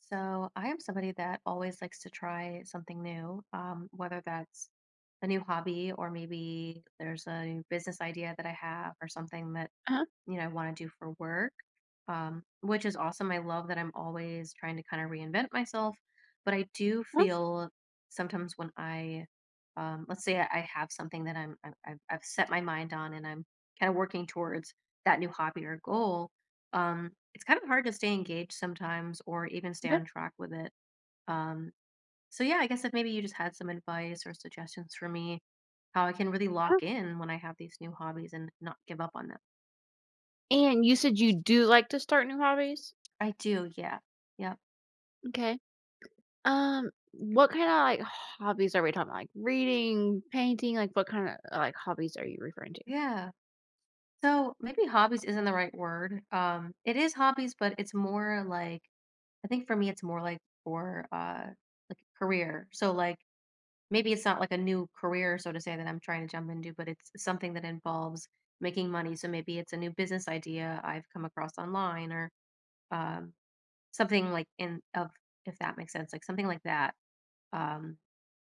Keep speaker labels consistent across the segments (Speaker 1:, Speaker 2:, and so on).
Speaker 1: So I am somebody that always likes to try something new, whether that's a new hobby or maybe there's a new business idea that I have or something that
Speaker 2: Uh-huh,
Speaker 1: I want to do for work, which is awesome. I love that I'm always trying to kind of reinvent myself. But I do
Speaker 2: uh-huh,
Speaker 1: feel sometimes when let's say I have something that I've set my mind on and I'm kind of working towards that new hobby or goal, it's kind of hard to stay engaged sometimes or even stay
Speaker 2: okay,
Speaker 1: on track with it. Um, so yeah, I guess if maybe you just had some advice or suggestions for me, how I can really
Speaker 2: uh-huh,
Speaker 1: lock in when I have these new hobbies and not give up on them.
Speaker 2: and you said you do like to start new hobbies?
Speaker 1: I do, yeah. Yep.
Speaker 2: Okay, what kinda, like, hobbies are we talking about? Like, reading, painting, like, what kinda, like, hobbies are you referring to?
Speaker 1: Yeah. So maybe hobbies isn't the right word. It is hobbies, but it's more like I think for me it's more like for like career. So like maybe it's not like a new career, so to say, that I'm trying to jump into, but it's something that involves making money. So maybe it's a new business idea I've come across online or um something like in of if that makes sense, like something like that. Um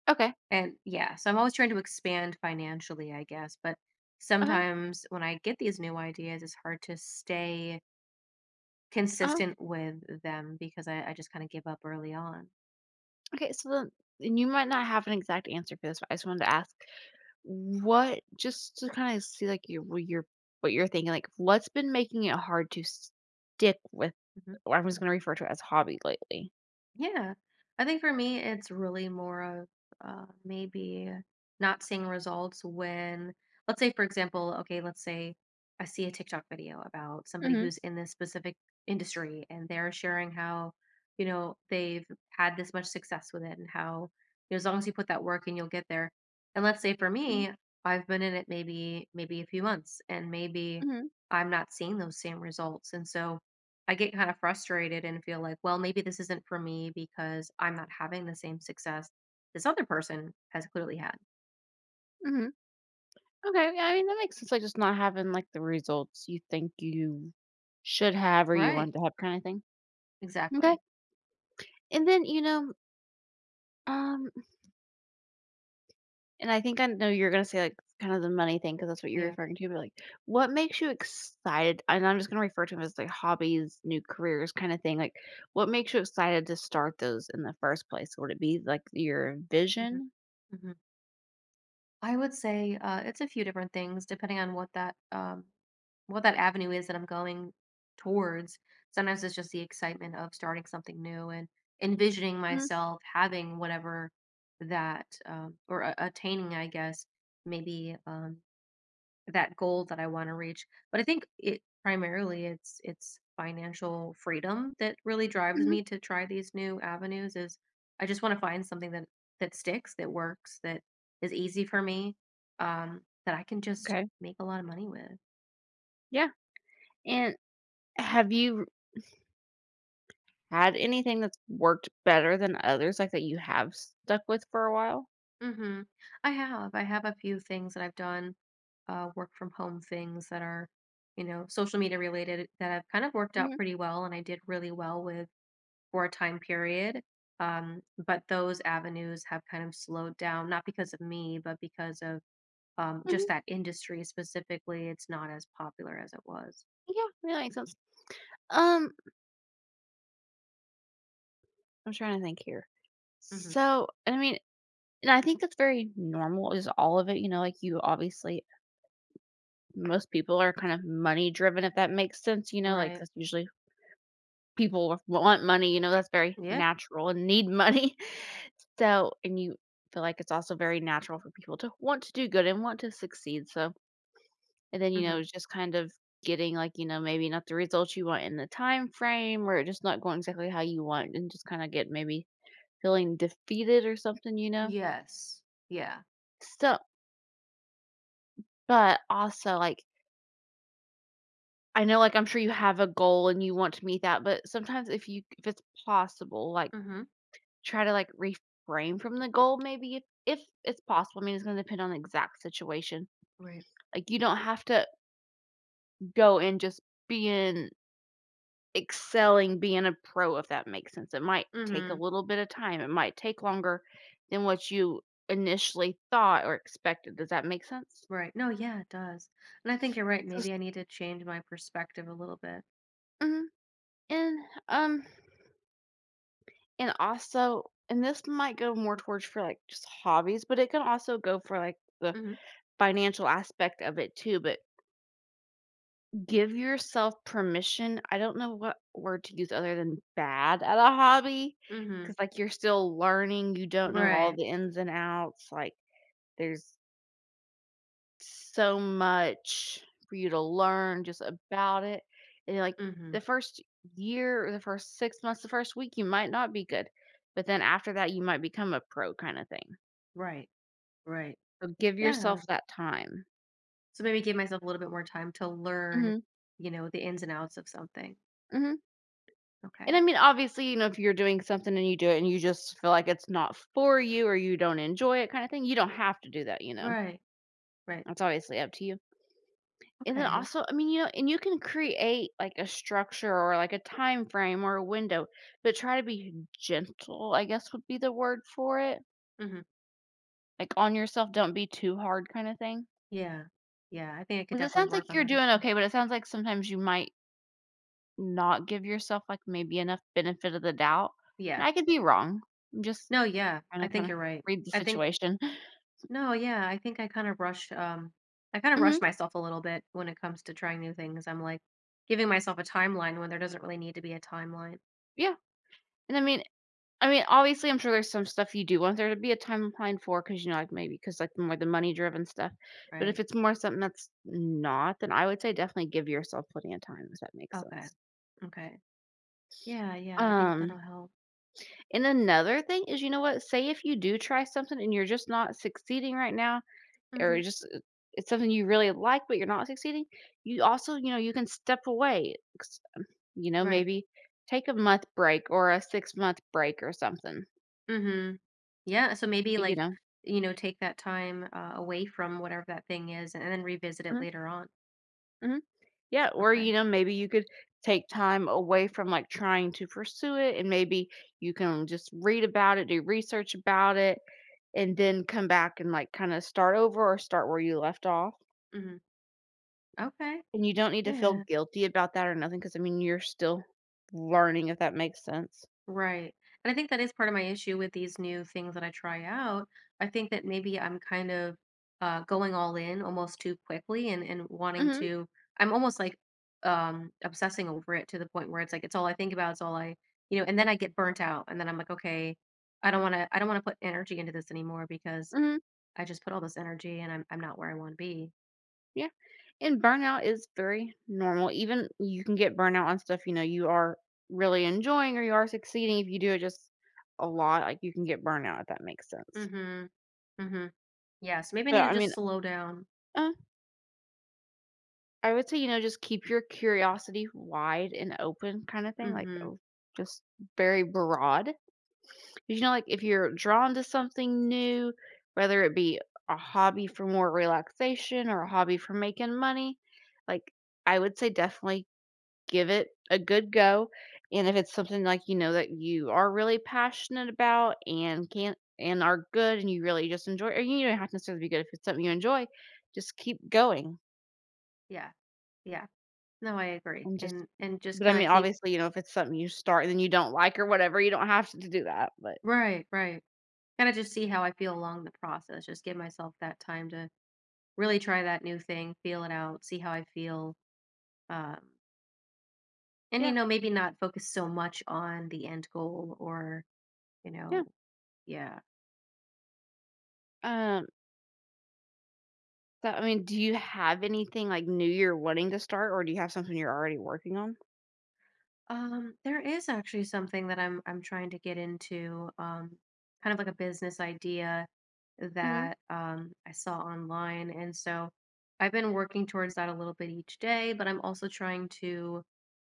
Speaker 2: Okay,
Speaker 1: And yeah, so I'm always trying to expand financially, I guess, but
Speaker 2: uh-huh,
Speaker 1: sometimes when I get these new ideas, it's hard to stay
Speaker 2: uh-huh,
Speaker 1: consistent with them because I just kind of give up early on.
Speaker 2: okay, so then and you might not have an exact answer for this, but I just wanted to ask, what just to kinda see, like, your what you're thinking, like, what's been making it hard to stick with or I'm just gonna refer to it as hobby lately?
Speaker 1: Yeah. I think for me, it's really more of maybe not seeing results when, let's say, for example, okay, let's say I see a TikTok video about somebody
Speaker 2: Mhm,
Speaker 1: who's in this specific industry and they're sharing how, they've had this much success with it and how, as long as you put that work in, you'll get there. And let's say for
Speaker 2: mhm,
Speaker 1: me, I've been in it maybe a few months and maybe
Speaker 2: mhm,
Speaker 1: I'm not seeing those same results. And so, I get kind of frustrated and feel like, well, maybe this isn't for me because I'm not having the same success this other person has clearly had.
Speaker 2: mhm. Okay, yeah, I mean, that makes sense, like, just not having, like, the results you think you should have or you
Speaker 1: Right.
Speaker 2: want to have kinda thing. Okay,
Speaker 1: Exactly.
Speaker 2: and then, you know, um, and I think I know you're gonna say, like, kind of the money thing because that's what you're
Speaker 1: Yeah.
Speaker 2: referring to, but, like, what makes you excited and I'm just gonna refer to them as, like, hobbies, new careers kinda thing, like, what makes you excited to start those in the first place? Would it be, like, your
Speaker 1: hmm
Speaker 2: vision?
Speaker 1: hmm I would say it's a few different things depending on what that avenue is that I'm going towards. Sometimes it's just the excitement of starting something new and envisioning
Speaker 2: Mhm,
Speaker 1: myself having whatever attaining, I guess, maybe that goal that I wanna reach. But I think it primarily it's financial freedom that really drives
Speaker 2: mhm,
Speaker 1: me to try these new avenues is I just wanna find something that that sticks, that works, that is easy for me, that I can just
Speaker 2: okay,
Speaker 1: make a lot of money with.
Speaker 2: yeah, and have you Had anything that's worked better than others, like, that you have stuck with for a while?
Speaker 1: Mhm. I have. I have a few things that I've done, work from home things that are, social media related that have kind of worked out
Speaker 2: Mhm,
Speaker 1: pretty well, and I did really well with for a time period. But those avenues have kind of slowed down, not because of me, but because of
Speaker 2: mhm,
Speaker 1: just that industry specifically. It's not as popular as it was.
Speaker 2: yeah, Yeah, that makes sense. Um, I'm trying to think here.
Speaker 1: Hmm.
Speaker 2: So, I mean and I think that's very normal is all of it, you know, like, you obviously most people are kind of money driven, if that makes sense, you know, like,
Speaker 1: Right.
Speaker 2: that's usually people want money, you know, that's very
Speaker 1: Yeah.
Speaker 2: natural and need money. So and you feel like it's also very natural for people to want to do good and want to succeed, so And then, you
Speaker 1: Hmm.
Speaker 2: know, just kind of getting like, you know, maybe not the results you want in the time frame or just not going exactly how you want and just kind of get maybe feeling defeated or something, you know.
Speaker 1: Yes. Yeah.
Speaker 2: So, but also like I know like I'm sure you have a goal and you want to meet that, but sometimes if it's possible, like
Speaker 1: Hmm.
Speaker 2: try to like reframe from the goal maybe if it's possible. I mean, it's going to depend on the exact situation.
Speaker 1: Right.
Speaker 2: Like you don't have to go and just being excelling being a pro, if that makes sense. It might take a
Speaker 1: Hmm.
Speaker 2: little bit of time. It might take longer than what you initially thought or expected. Does that make sense?
Speaker 1: Right. No, yeah, it does. And I think you're right.
Speaker 2: So s-
Speaker 1: Maybe I need to change my perspective a little bit.
Speaker 2: mhm, and um and also and this might go more towards for like just hobbies, but it can also go for like the
Speaker 1: Hmm.
Speaker 2: financial aspect of it too. But give yourself permission. I don't know what word to use other than bad at a hobby.
Speaker 1: Hmm.
Speaker 2: Cause like you're still learning, you don't know all
Speaker 1: Right.
Speaker 2: the ins and outs. Like There's so much for you to learn just about it. And like
Speaker 1: Hmm.
Speaker 2: the first year or the first 6 months, the first week, you might not be good. But then after that, you might become a pro kind of thing.
Speaker 1: Right. Right.
Speaker 2: So give
Speaker 1: Yeah.
Speaker 2: yourself that time.
Speaker 1: So maybe give myself a little bit more time to learn,
Speaker 2: Hmm
Speaker 1: the ins and outs of something.
Speaker 2: hmm And I
Speaker 1: Okay.
Speaker 2: mean, obviously, you know, if you're doing something and you do it and you just feel like it's not for you or you don't enjoy it kind of thing, you don't have to do that, you know.
Speaker 1: Right. Right.
Speaker 2: That's obviously up to you. And then
Speaker 1: Okay.
Speaker 2: also, I mean, you know, and you can create like a structure or like a time frame or a window, but try to be gentle, I guess would be the word for it.
Speaker 1: Hmm.
Speaker 2: Like on yourself, don't be too hard kind of thing.
Speaker 1: Yeah. Yeah. I think I could
Speaker 2: 'Cause it
Speaker 1: definitely
Speaker 2: sounds
Speaker 1: work
Speaker 2: like
Speaker 1: on
Speaker 2: you're
Speaker 1: that as
Speaker 2: doing
Speaker 1: well.
Speaker 2: okay, but it sounds like sometimes you might not give yourself like maybe enough benefit of the doubt. And
Speaker 1: Yeah.
Speaker 2: I could be wrong. I'm just
Speaker 1: No, yeah.
Speaker 2: trying
Speaker 1: I
Speaker 2: to kind
Speaker 1: think
Speaker 2: of
Speaker 1: you're right.
Speaker 2: read the
Speaker 1: I think
Speaker 2: situation.
Speaker 1: no, yeah. I think I kind of rush
Speaker 2: hmm
Speaker 1: myself a little bit when it comes to trying new things. I'm like giving myself a timeline when there doesn't really need to be a timeline,
Speaker 2: Yeah. And I mean, obviously, I'm sure there's some stuff you do want there to be a timeline for, because you know, like, maybe because like, more the money-driven stuff, but if
Speaker 1: right?
Speaker 2: it's more something that's not, then I would say definitely give yourself plenty of time, if that makes
Speaker 1: Okay.
Speaker 2: sense.
Speaker 1: Okay. Yeah, yeah. I think that'll
Speaker 2: Um,
Speaker 1: help.
Speaker 2: and another thing is, you know what? Say if you do try something and you're just not succeeding right now, or
Speaker 1: Mhm.
Speaker 2: just it's something you really like, but you're not succeeding, you also, you know, you can step away, s you know,
Speaker 1: Right.
Speaker 2: maybe take a month break or a six-month break or something,
Speaker 1: Mhm. Yeah, so maybe
Speaker 2: you
Speaker 1: like,
Speaker 2: know?
Speaker 1: take that time away from whatever that thing is and then revisit it
Speaker 2: Mhm,
Speaker 1: later on.
Speaker 2: mhm. Yeah, or,
Speaker 1: Okay.
Speaker 2: you know, maybe you could take time away from, like, trying to pursue it, and maybe you can just read about it, do research about it, and then come back and, like, kinda start over or start where you left off.
Speaker 1: Hmm. Okay.
Speaker 2: And you don't need to
Speaker 1: Yeah.
Speaker 2: feel guilty about that or nothing, because I mean, you're still learning, if that makes sense.
Speaker 1: Right. And I think that is part of my issue with these new things that I try out. I think that maybe I'm kind of going all in almost too quickly and wanting
Speaker 2: Mhm,
Speaker 1: to, I'm almost like obsessing over it to the point where it's like, it's all I think about. It's all I, you know, and then I get burnt out and then I'm like, okay, I don't want to put energy into this anymore because
Speaker 2: mhm,
Speaker 1: I just put all this energy and I'm not where I want to be.
Speaker 2: yeah, and burnout is very normal. Even you can get burnout on stuff, you know, you are really enjoying or you are succeeding if you do it just a lot, like, you can get burnout, if that makes sense.
Speaker 1: Mhm. Mhm. Yes, maybe I need
Speaker 2: But,
Speaker 1: to
Speaker 2: I
Speaker 1: just
Speaker 2: mean,
Speaker 1: slow down.
Speaker 2: Uh, I would say, you know, just keep your curiosity wide and open kind of thing, like,
Speaker 1: Mhm.
Speaker 2: oh, just very broad. 'Cause, you know, like if you're drawn to something new, whether it be a hobby for more relaxation or a hobby for making money, like I would say definitely give it a good go. And if it's something like you know that you are really passionate about and can and are good and you really just enjoy, or you don't have to necessarily be good if it's something you enjoy, just keep going.
Speaker 1: Yeah. Yeah. No, I agree.
Speaker 2: And just
Speaker 1: And just
Speaker 2: but, I
Speaker 1: kind of
Speaker 2: mean,
Speaker 1: keep
Speaker 2: obviously, you know, if it's something you start and then you don't like or whatever, you don't have to do that, but
Speaker 1: right, right. Kind of just see how I feel along the process. Just give myself that time to really try that new thing, feel it out, see how I feel. Um and
Speaker 2: yeah,
Speaker 1: maybe not focus so much on the end goal or, you
Speaker 2: yeah.
Speaker 1: know, yeah.
Speaker 2: Um, so, I mean, do you have anything, like, new you're wanting to start, or do you have something you're already working on?
Speaker 1: There is actually something that I'm trying to get into, kind of like a business idea
Speaker 2: Mhm,
Speaker 1: that I saw online, and so I've been working towards that a little bit each day. But I'm also trying to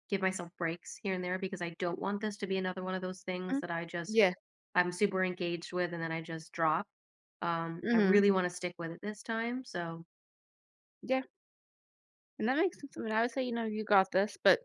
Speaker 1: give myself breaks here and there because I don't want this to be another one of those things
Speaker 2: mhm.
Speaker 1: that
Speaker 2: Yeah,
Speaker 1: I'm super engaged with and then I just drop. I
Speaker 2: mhm,
Speaker 1: really want to stick with it this time. So
Speaker 2: yeah, and that makes sense. I mean, I would say, you know, you got this, but,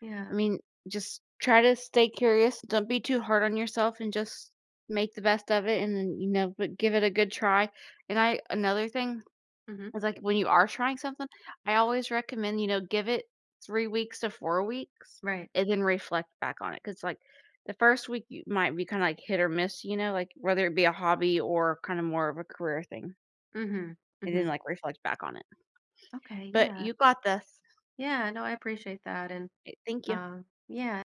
Speaker 1: yeah.
Speaker 2: I mean, just try to stay curious, don't be too hard on yourself, and just make the best of it, and then, you know, but give it a good try, and I another thing
Speaker 1: Hmm.
Speaker 2: It's like when you are trying something, I always recommend, you know, give it 3 weeks to 4 weeks
Speaker 1: Right.
Speaker 2: and then reflect back on it because like, the first week you might be kinda, like, hit or miss, you know, like, whether it be a hobby or kinda more of a career thing,
Speaker 1: Hmm.
Speaker 2: and then,
Speaker 1: Hmm.
Speaker 2: like, reflect back on it.
Speaker 1: Okay.
Speaker 2: But
Speaker 1: Yeah.
Speaker 2: you got this.
Speaker 1: Yeah. No, I appreciate that, and.
Speaker 2: Eh, thank you.
Speaker 1: Uh, yeah,